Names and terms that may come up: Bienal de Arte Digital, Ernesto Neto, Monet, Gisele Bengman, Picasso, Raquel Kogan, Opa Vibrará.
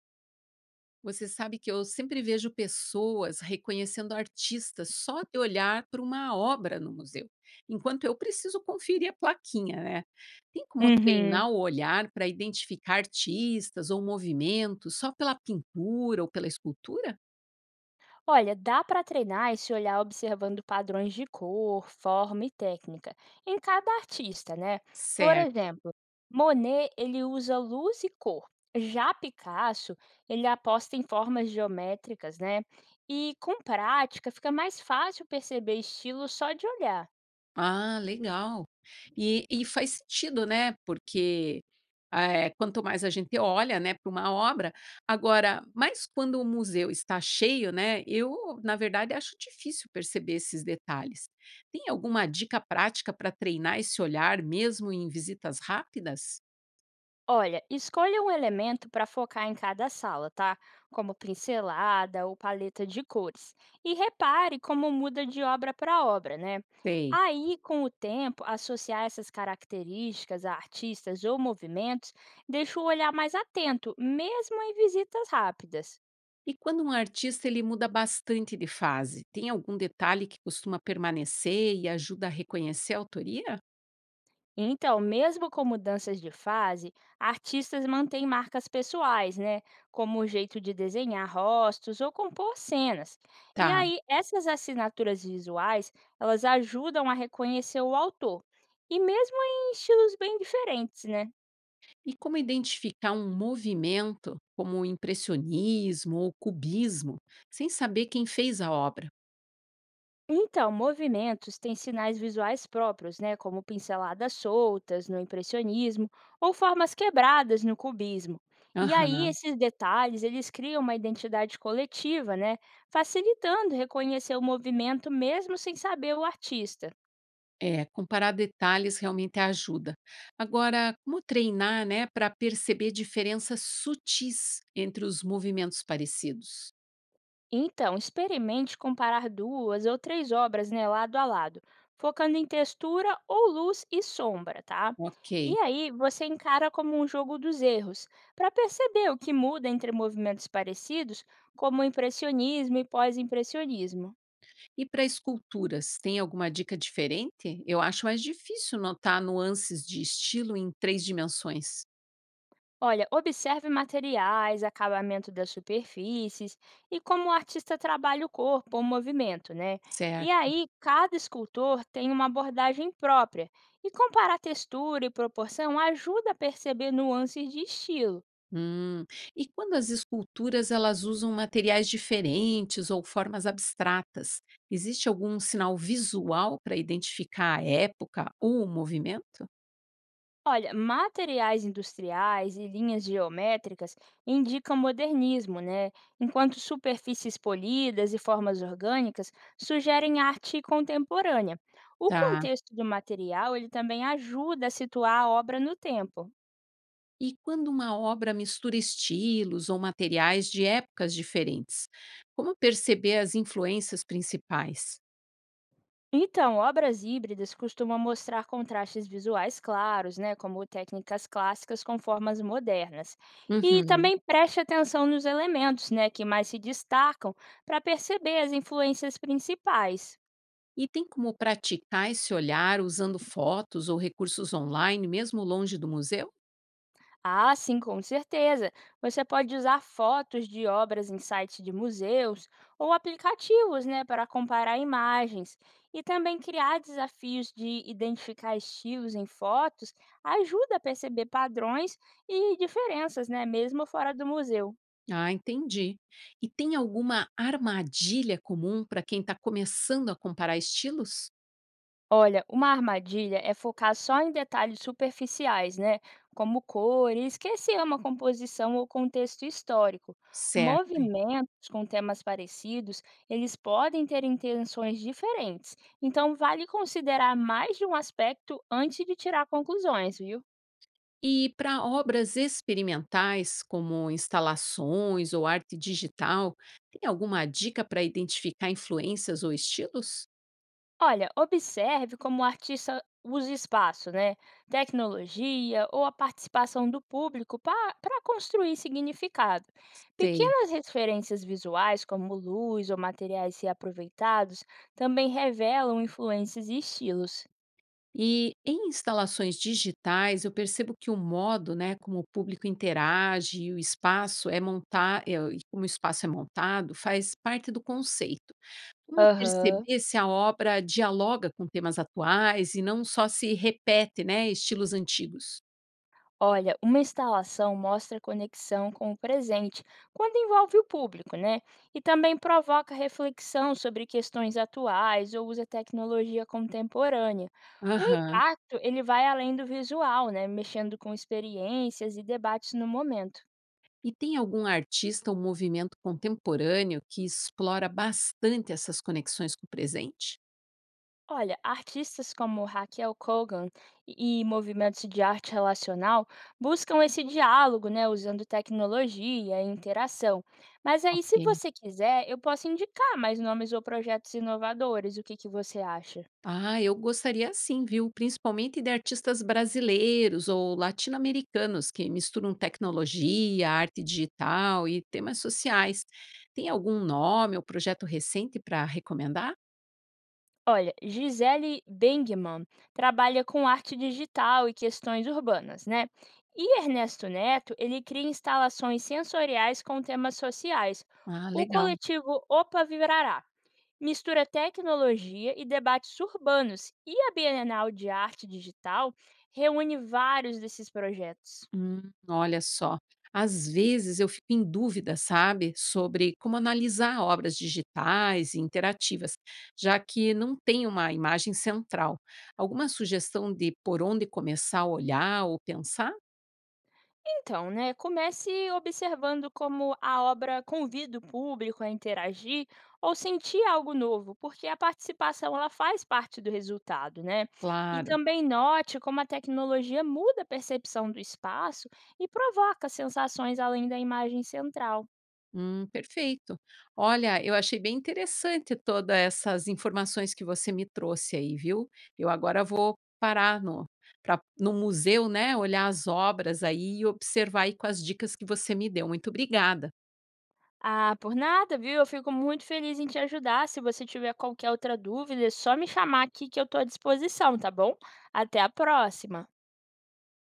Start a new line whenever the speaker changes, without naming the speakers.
Você sabe que eu sempre vejo pessoas reconhecendo artistas só de olhar para uma obra no museu, enquanto eu preciso conferir a plaquinha, né? Tem como
Uhum.
treinar o olhar para identificar artistas ou movimentos só pela pintura ou pela escultura?
Olha, dá para treinar esse olhar observando padrões de cor, forma e técnica em cada artista, né? Por
Certo.
exemplo, Monet, ele usa luz e cor. Já Picasso, ele aposta em formas geométricas, né? E com prática fica mais fácil perceber estilo só de olhar.
Ah, legal. E faz sentido, né, porque, quanto mais a gente olha, né, para uma obra agora, mas quando o museu está cheio, né, eu, na verdade, acho difícil perceber esses detalhes. Tem alguma dica prática para treinar esse olhar mesmo em visitas rápidas?
Olha, escolha um elemento para focar em cada sala, tá? Como pincelada ou paleta de cores. E repare como muda de obra para obra, né?
Sei.
Aí, com o tempo, associar essas características a artistas ou movimentos deixa o olhar mais atento, mesmo em visitas rápidas.
E quando um artista ele muda bastante de fase, tem algum detalhe que costuma permanecer e ajuda a reconhecer a autoria?
Então, mesmo com mudanças de fase, artistas mantêm marcas pessoais, né? Como o jeito de desenhar rostos ou compor cenas. E
Tá.
aí, essas assinaturas visuais, elas ajudam a reconhecer o autor. E mesmo em estilos bem diferentes, né?
E como identificar um movimento, como o impressionismo ou cubismo, sem saber quem fez a obra?
Então, movimentos têm sinais visuais próprios, né, como pinceladas soltas no impressionismo ou formas quebradas no cubismo. E aí
Aham,
esses detalhes, eles criam uma identidade coletiva, né, facilitando reconhecer o movimento mesmo sem saber o artista.
é, comparar detalhes realmente ajuda. Agora, como treinar, né, para perceber diferenças sutis entre os movimentos parecidos?
Então, experimente comparar duas ou três obras né, lado a lado, focando em textura ou luz e sombra, tá? E
Ok.
aí você encara como um jogo dos erros, para perceber o que muda entre movimentos parecidos, como o impressionismo e pós-impressionismo.
E para esculturas, tem alguma dica diferente? Eu acho mais difícil notar nuances de estilo em três dimensões.
Olha, observe materiais, acabamento das superfícies e como o artista trabalha o corpo ou movimento, né? E
Certo.
aí, cada escultor tem uma abordagem própria, e comparar textura e proporção ajuda a perceber nuances de estilo.
Hum. E quando as esculturas elas usam materiais diferentes ou formas abstratas, existe algum sinal visual para identificar a época ou o movimento?
Olha, materiais industriais e linhas geométricas indicam modernismo, né? Enquanto superfícies polidas e formas orgânicas sugerem arte contemporânea. O
Tá.
contexto do material, ele também ajuda a situar a obra no tempo.
E quando uma obra mistura estilos ou materiais de épocas diferentes, como perceber as influências principais?
Então, obras híbridas costumam mostrar contrastes visuais claros, né, como técnicas clássicas com formas modernas. E
Uhum.
também preste atenção nos elementos né, que mais se destacam para perceber as influências principais.
E tem como praticar esse olhar usando fotos ou recursos online, mesmo longe do museu?
Ah, sim, com certeza. Você pode usar fotos de obras em sites de museus ou aplicativos, né, para comparar imagens. E também criar desafios de identificar estilos em fotos ajuda a perceber padrões e diferenças, né, mesmo fora do museu.
Ah, entendi. E tem alguma armadilha comum para quem está começando a comparar estilos?
Olha, uma armadilha é focar só em detalhes superficiais, né? Como cor, e esquecer uma composição ou contexto histórico.
Certo.
Movimentos com temas parecidos, eles podem ter intenções diferentes. Então, vale considerar mais de um aspecto antes de tirar conclusões, viu?
E para obras experimentais, como instalações ou arte digital, tem alguma dica para identificar influências ou estilos?
Olha, observe como o artista usa espaço, né? Tecnologia ou a participação do público para construir significado.
Sei.
Pequenas referências visuais, como luz ou materiais reaproveitados, também revelam influências e estilos.
E em instalações digitais, eu percebo que o modo, né, como o público interage e o espaço é montar, e como o espaço é montado, faz parte do conceito. Como
Aham.
perceber se a obra dialoga com temas atuais e não só se repete, né, estilos antigos?
Olha, uma instalação mostra conexão com o presente, quando envolve o público, né? E também provoca reflexão sobre questões atuais ou usa tecnologia contemporânea. O
Aham.
impacto, ele vai além do visual, né? Mexendo com experiências e debates no momento.
E tem algum artista ou movimento contemporâneo que explora bastante essas conexões com o presente?
Olha, artistas como Raquel Kogan e movimentos de arte relacional buscam esse diálogo, né, usando tecnologia e interação. Mas aí, se
Ok.
você quiser, eu posso indicar mais nomes ou projetos inovadores. O que que você acha?
Ah, eu gostaria sim, viu? Principalmente de artistas brasileiros ou latino-americanos que misturam tecnologia, arte digital e temas sociais. Tem algum nome ou projeto recente para recomendar?
Olha, Gisele Bengman trabalha com arte digital e questões urbanas, né? E Ernesto Neto, ele cria instalações sensoriais com temas sociais.
Ah,
O
legal.
coletivo Opa Vibrará mistura tecnologia e debates urbanos, e a Bienal de Arte Digital reúne vários desses projetos.
Olha só. Às vezes eu fico em dúvida, sabe, sobre como analisar obras digitais e interativas, já que não tem uma imagem central. Alguma sugestão de por onde começar a olhar ou pensar?
Então, né, comece observando como a obra convida o público a interagir ou sentir algo novo, porque a participação ela faz parte do resultado, né? E
Claro.
também note como a tecnologia muda a percepção do espaço e provoca sensações além da imagem central.
Perfeito. Olha, eu achei bem interessante todas essas informações que você me trouxe aí, viu? Eu agora vou parar no, pra, no museu, né? Olhar as obras aí e observar aí com as dicas que você me deu. Muito obrigada.
Ah, por nada, viu? Eu fico muito feliz em te ajudar. Se você tiver qualquer outra dúvida, é só me chamar aqui que eu estou à disposição, tá bom? Até a próxima.